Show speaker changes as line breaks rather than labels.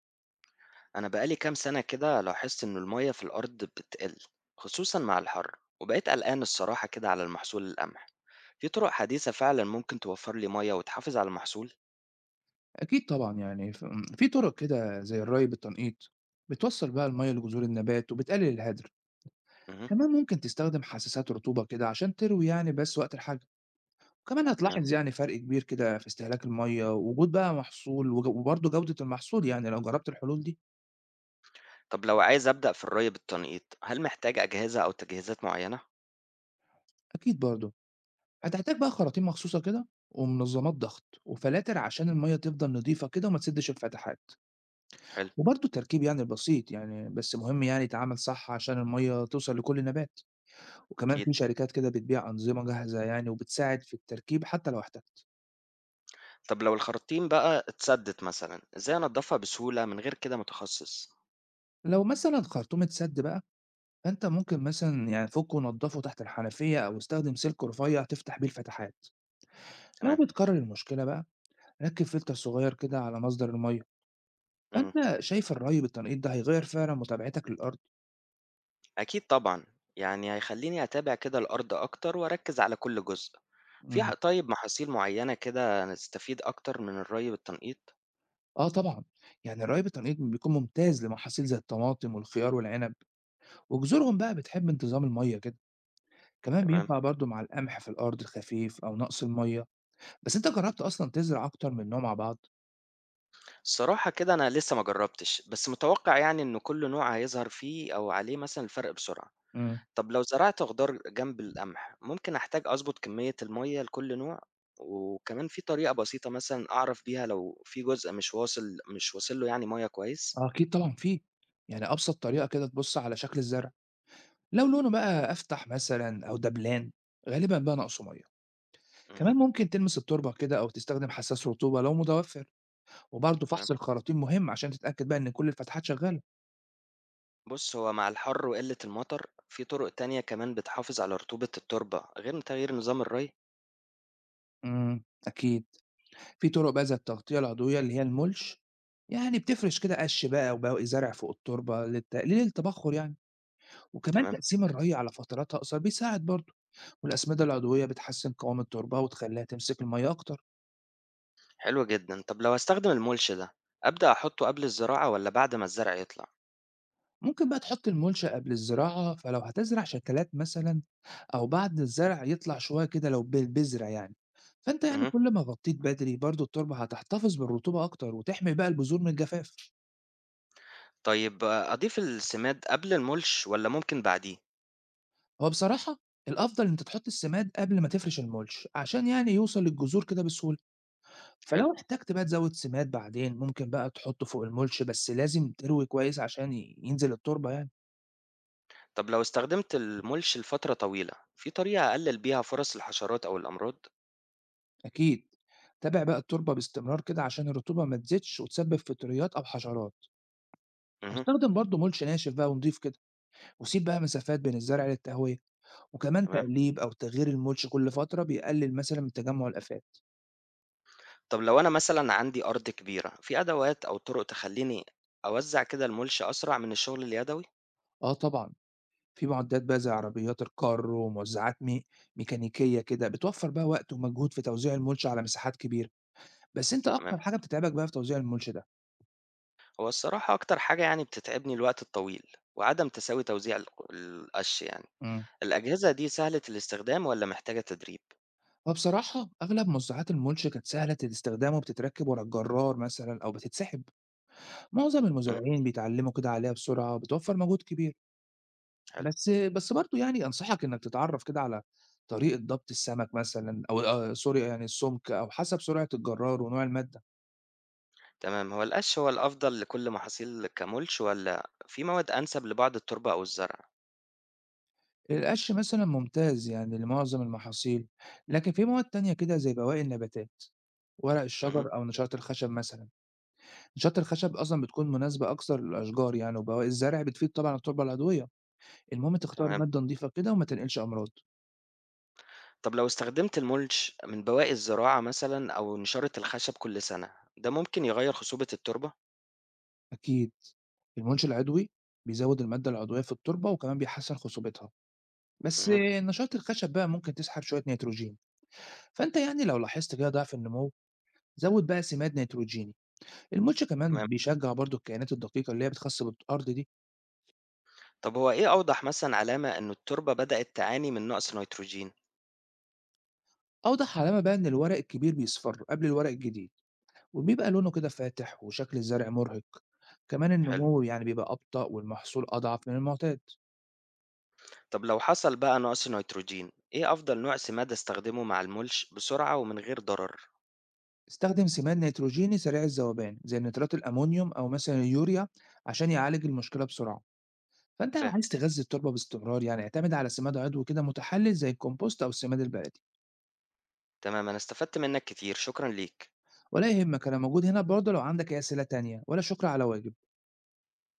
أنا بقالي كام سنة كده لاحظت إن المية في الأرض بتقل، خصوصا مع الحر وبقيت قلقان الصراحة كده على المحصول القمح. في طرق حديثة فعلا ممكن توفر لي مية وتحافظ على المحصول؟
أكيد طبعًا، يعني ف في طرق كده زي الري بالتنقيط، بتوصّل بقى المَيّة لجذور النبات وبتقلل الهدر،
مه.
كمان ممكن تستخدم حساسات رطوبة كده عشان تروي يعني بس وقت الحاجة، وكمان
تمام.
هتلاحظ يعني فرق كبير كده في استهلاك المَيّة ووجود بقى محصول وبرضه جودة المحصول يعني لو جرّبت الحلول دي.
طب لو عايز أبدأ في الري بالتنقيط هل محتاج أجهزة أو تجهيزات معينة؟
أكيد برضه. هتحتاج بقى خراطيم مخصوصة كده ومنظّمات ضغط وفلاتر عشان المَيّة تفضل نضيفة كده وما تسدّش الفتحات،
حلو.
وبرضه التركيب يعني البسيط يعني بس مهم يعني يتعمل صح عشان المَيّة توصل لكل نبات. وكمان
أكيد.
في شركات كده بتبيع أنظمة جاهزة يعني وبتساعد في التركيب حتى لو احتجت.
طب لو الخراطيم بقى اتسدت مثلا إزاي أنضفها بسهولة من غير كده متخصص؟
لو مثلا خرطومة سد بقى فأنت ممكن مثلا يعني فكه ونضفه تحت الحنفية أو استخدم سلك رفيع تفتح بيه الفتحات. لو
تمام.
بتكرر المشكلة بقى ركب فلتر صغير كده على مصدر المية.
مم.
فأنت شايف الري بالتنقيط ده هيغير فعلا متابعتك للأرض.
أكيد طبعًا، يعني هيخلّيني أتابع كده الأرض أكتر وأركّز على كل جزء. في ح
مم.
طيب محاصيل معيّنة كده نستفيد أكتر من الري بالتنقيط؟
اه طبعا، يعني الري بالتنقيط بيكون ممتاز لمحاصيل زي الطماطم والخيار والعنب، وجذورهم بقى بتحب انتظام المية كده، كمان
تمام.
بينفع برضو مع القمح في الأرض الخفيف أو نقص المية. بس أنت جرّبت أصلًا تزرع أكتر من نوع مع بعض؟
الصراحة كده أنا لسه ما جرّبتش، بس متوقّع يعني إن كل نوع هيظهر فيه أو عليه مثلًا الفرق بسرعة.
إمم.
طب لو زرعت خضار جنب القمح، ممكن أحتاج أضبط كمية المَيّة لكل نوع؟ وكمان في طريقة بسيطة مثلًا أعرف بيها لو في جزء مش واصل له يعني مَيّة كويس؟
آه أكيد طبعًا في، يعني أبسط طريقة كده تبُص على شكل الزرع، لو لونه بقى أفتح مثلًا أو دبلان غالبًا بقى ناقصه مَيّة،
اهم.
كمان ممكن تلمس التربة كده أو تستخدم حساس رطوبة لو متوفر، وبرضه
تمام.
فحص الخراطيم مهم عشان تتأكد بقى إن كل الفتحات شغالة.
بُص، هو مع الحر وقِلّة المطر، في طُرق تانية كمان بتحافظ على رطوبة التربة غير تغيير نظام الري؟
أكيد، في طرق بقى زي التغطية العضوية اللي هي الmulch، يعني بتفرش كده قش بقى وبواقي زرع فوق التربة لتقليل التبخر يعني، وكمان
تمام.
تقسيم الري على فترات أقصر بيساعد برضه. والأسمدة العضوية بتحسن قوام التربة وتخليها تمسك المية أكتر.
حلو جدًا. طب لو هاستخدم الmulch ده، أبدأ أحطه قبل الزراعة والّا بعد ما الزرع يطلع؟
ممكن بقى تحط الملش قبل الزراعة فلو هتزرع شتلات مثلا، أو بعد الزرع يطلع شوية كده لو بذرة يعني، فأنت يعني
اهم.
كل ما غطيت بدري برضو التربة هتحتفظ بالرطوبة أكتر وتحمي بقى البذور من الجفاف.
طيب آه، أضيف السماد قبل الmulch والّا ممكن بعديه؟
هو بصراحة الأفضل إن أنت تحط السماد قبل ما تفرش الملش عشان يعني يوصل للجذور كده بسهولة،
حلو.
فلو احتجت بقى تزود سماد بعدين ممكن بقى تحطه فوق الملش بس لازم تروي كويس عشان ينزل التربة يعني.
طب لو استخدمت الmulch لفترة طويلة، في طريقة أقلل بيها فرص الحشرات أو الأمراض؟
أكيد، تابع بقى التربة باستمرار كده عشان الرطوبة ما تزيدش وتسبب فطريات أو حشرات،
اهم.
استخدم برضه ملش ناشف بقى ونضيف كده، وسيب بقى مسافات بين الزرع للتهوية، وكمان
تمام.
تقليب أو تغيير الملش كل فترة بيقلل مثلا من تجمع الآفات.
طب لو أنا مثلًا عندي أرض كبيرة، في أدوات أو طُرق تخلّيني أوزّع كده الmulch أسرع من الشغل اليدوي؟
آه طبعا، في معدات بقى زي عربيات الكار وموزعات ميكانيكية كده بتوفر بقى وقت ومجهود في توزيع الملش على مساحات كبيرة، بس أنت
تمام.
أكتر حاجة بتتعبك بقى في توزيع الملش ده.
هو الصراحة أكتر حاجة يعني بتتعبني الوقت الطويل وعدم تساوي توزيع القش يعني.
امم.
الأجهزة دي سهلة الاستخدام ولا محتاجة تدريب؟
وبصراحة أغلب موزعات الملش كانت سهلة الاستخدام وبتتركب ورا الجرار مثلا أو بتتسحب، معظم
مم.
المزارعين بيتعلموا كده عليها بسرعة وبتوفر مجهود كبير.
حلو.
بس برضه يعني أنصحك إنك تتعرف كده على طريقة ضبط السمك مثلا، أو آه سوري يعني السمك أو حسب سرعة الجرار ونوع المادة.
تمام، هو القش هو الأفضل لكل محاصيل كمulch ولا في مواد أنسب لبعض التربة أو الزرع؟
القش مثلا ممتاز يعني لمعظم المحاصيل، لكن في مواد تانية كده زي بواقي النباتات، ورق
مم.
الشجر أو نشاط الخشب مثلا. نشاط الخشب أصلا بتكون مناسبة أكثر للأشجار يعني، وبواقي الزرع بتفيد طبعا التربة العضوية. المهم تختار
تمام.
مادة نظيفة كده وما تنقلش أمراض.
طب لو استخدمت المulch من بواقي الزراعة مثلا أو نشارة الخشب كل سنة ده ممكن يغير خصوبة التربة؟
أكيد. المُنشي العضوي بيزوّد المادة العضوية في التربة وكمان بيحسّن خصوبتها، بس
مم.
نشاط الخشب بقى ممكن تسحب شوية نيتروجين، فأنت يعني لو لاحظت كده ضعف النمو زوّد بقى سماد نيتروجيني، المُلش كمان
تمام.
بيشجّع برضه الكائنات الدقيقة اللي هي بتخَص بالأرض دي.
طب هو إيه أوضح مثلا علامة إن التربة بدأت تعاني من نقص نيتروجين؟
أوضح علامة بقى إن الورق الكبير بيصفر قبل الورق الجديد وبيبقى لونه كده فاتح وشكل الزرع مُرهق، كمان
حلو.
النمو يعني بيبقى أبطأ والمحصول أضعف من المُعتاد.
طب لو حصل بقى نقص نيتروجين، إيه أفضل نوع سماد أستخدمه مع المُلش بسرعة ومن غير ضرر؟
استخدم سماد نيتروجيني سريع الذوبان زي نترات الأمونيوم أو مثلا اليوريا عشان يعالج المشكلة بسرعة، فأنت لو
فاهم.
عايز تغذي التربة باستمرار يعني اعتمد على سماد عضوي كده متحلل زي الكompost أو السماد البلدي.
تمام أنا استفدت منك كتير، شكرًا ليك.
ولا يهمك، أنا موجود هنا برضه لو عندك أي أسئلة تانية، ولا شكر على واجب.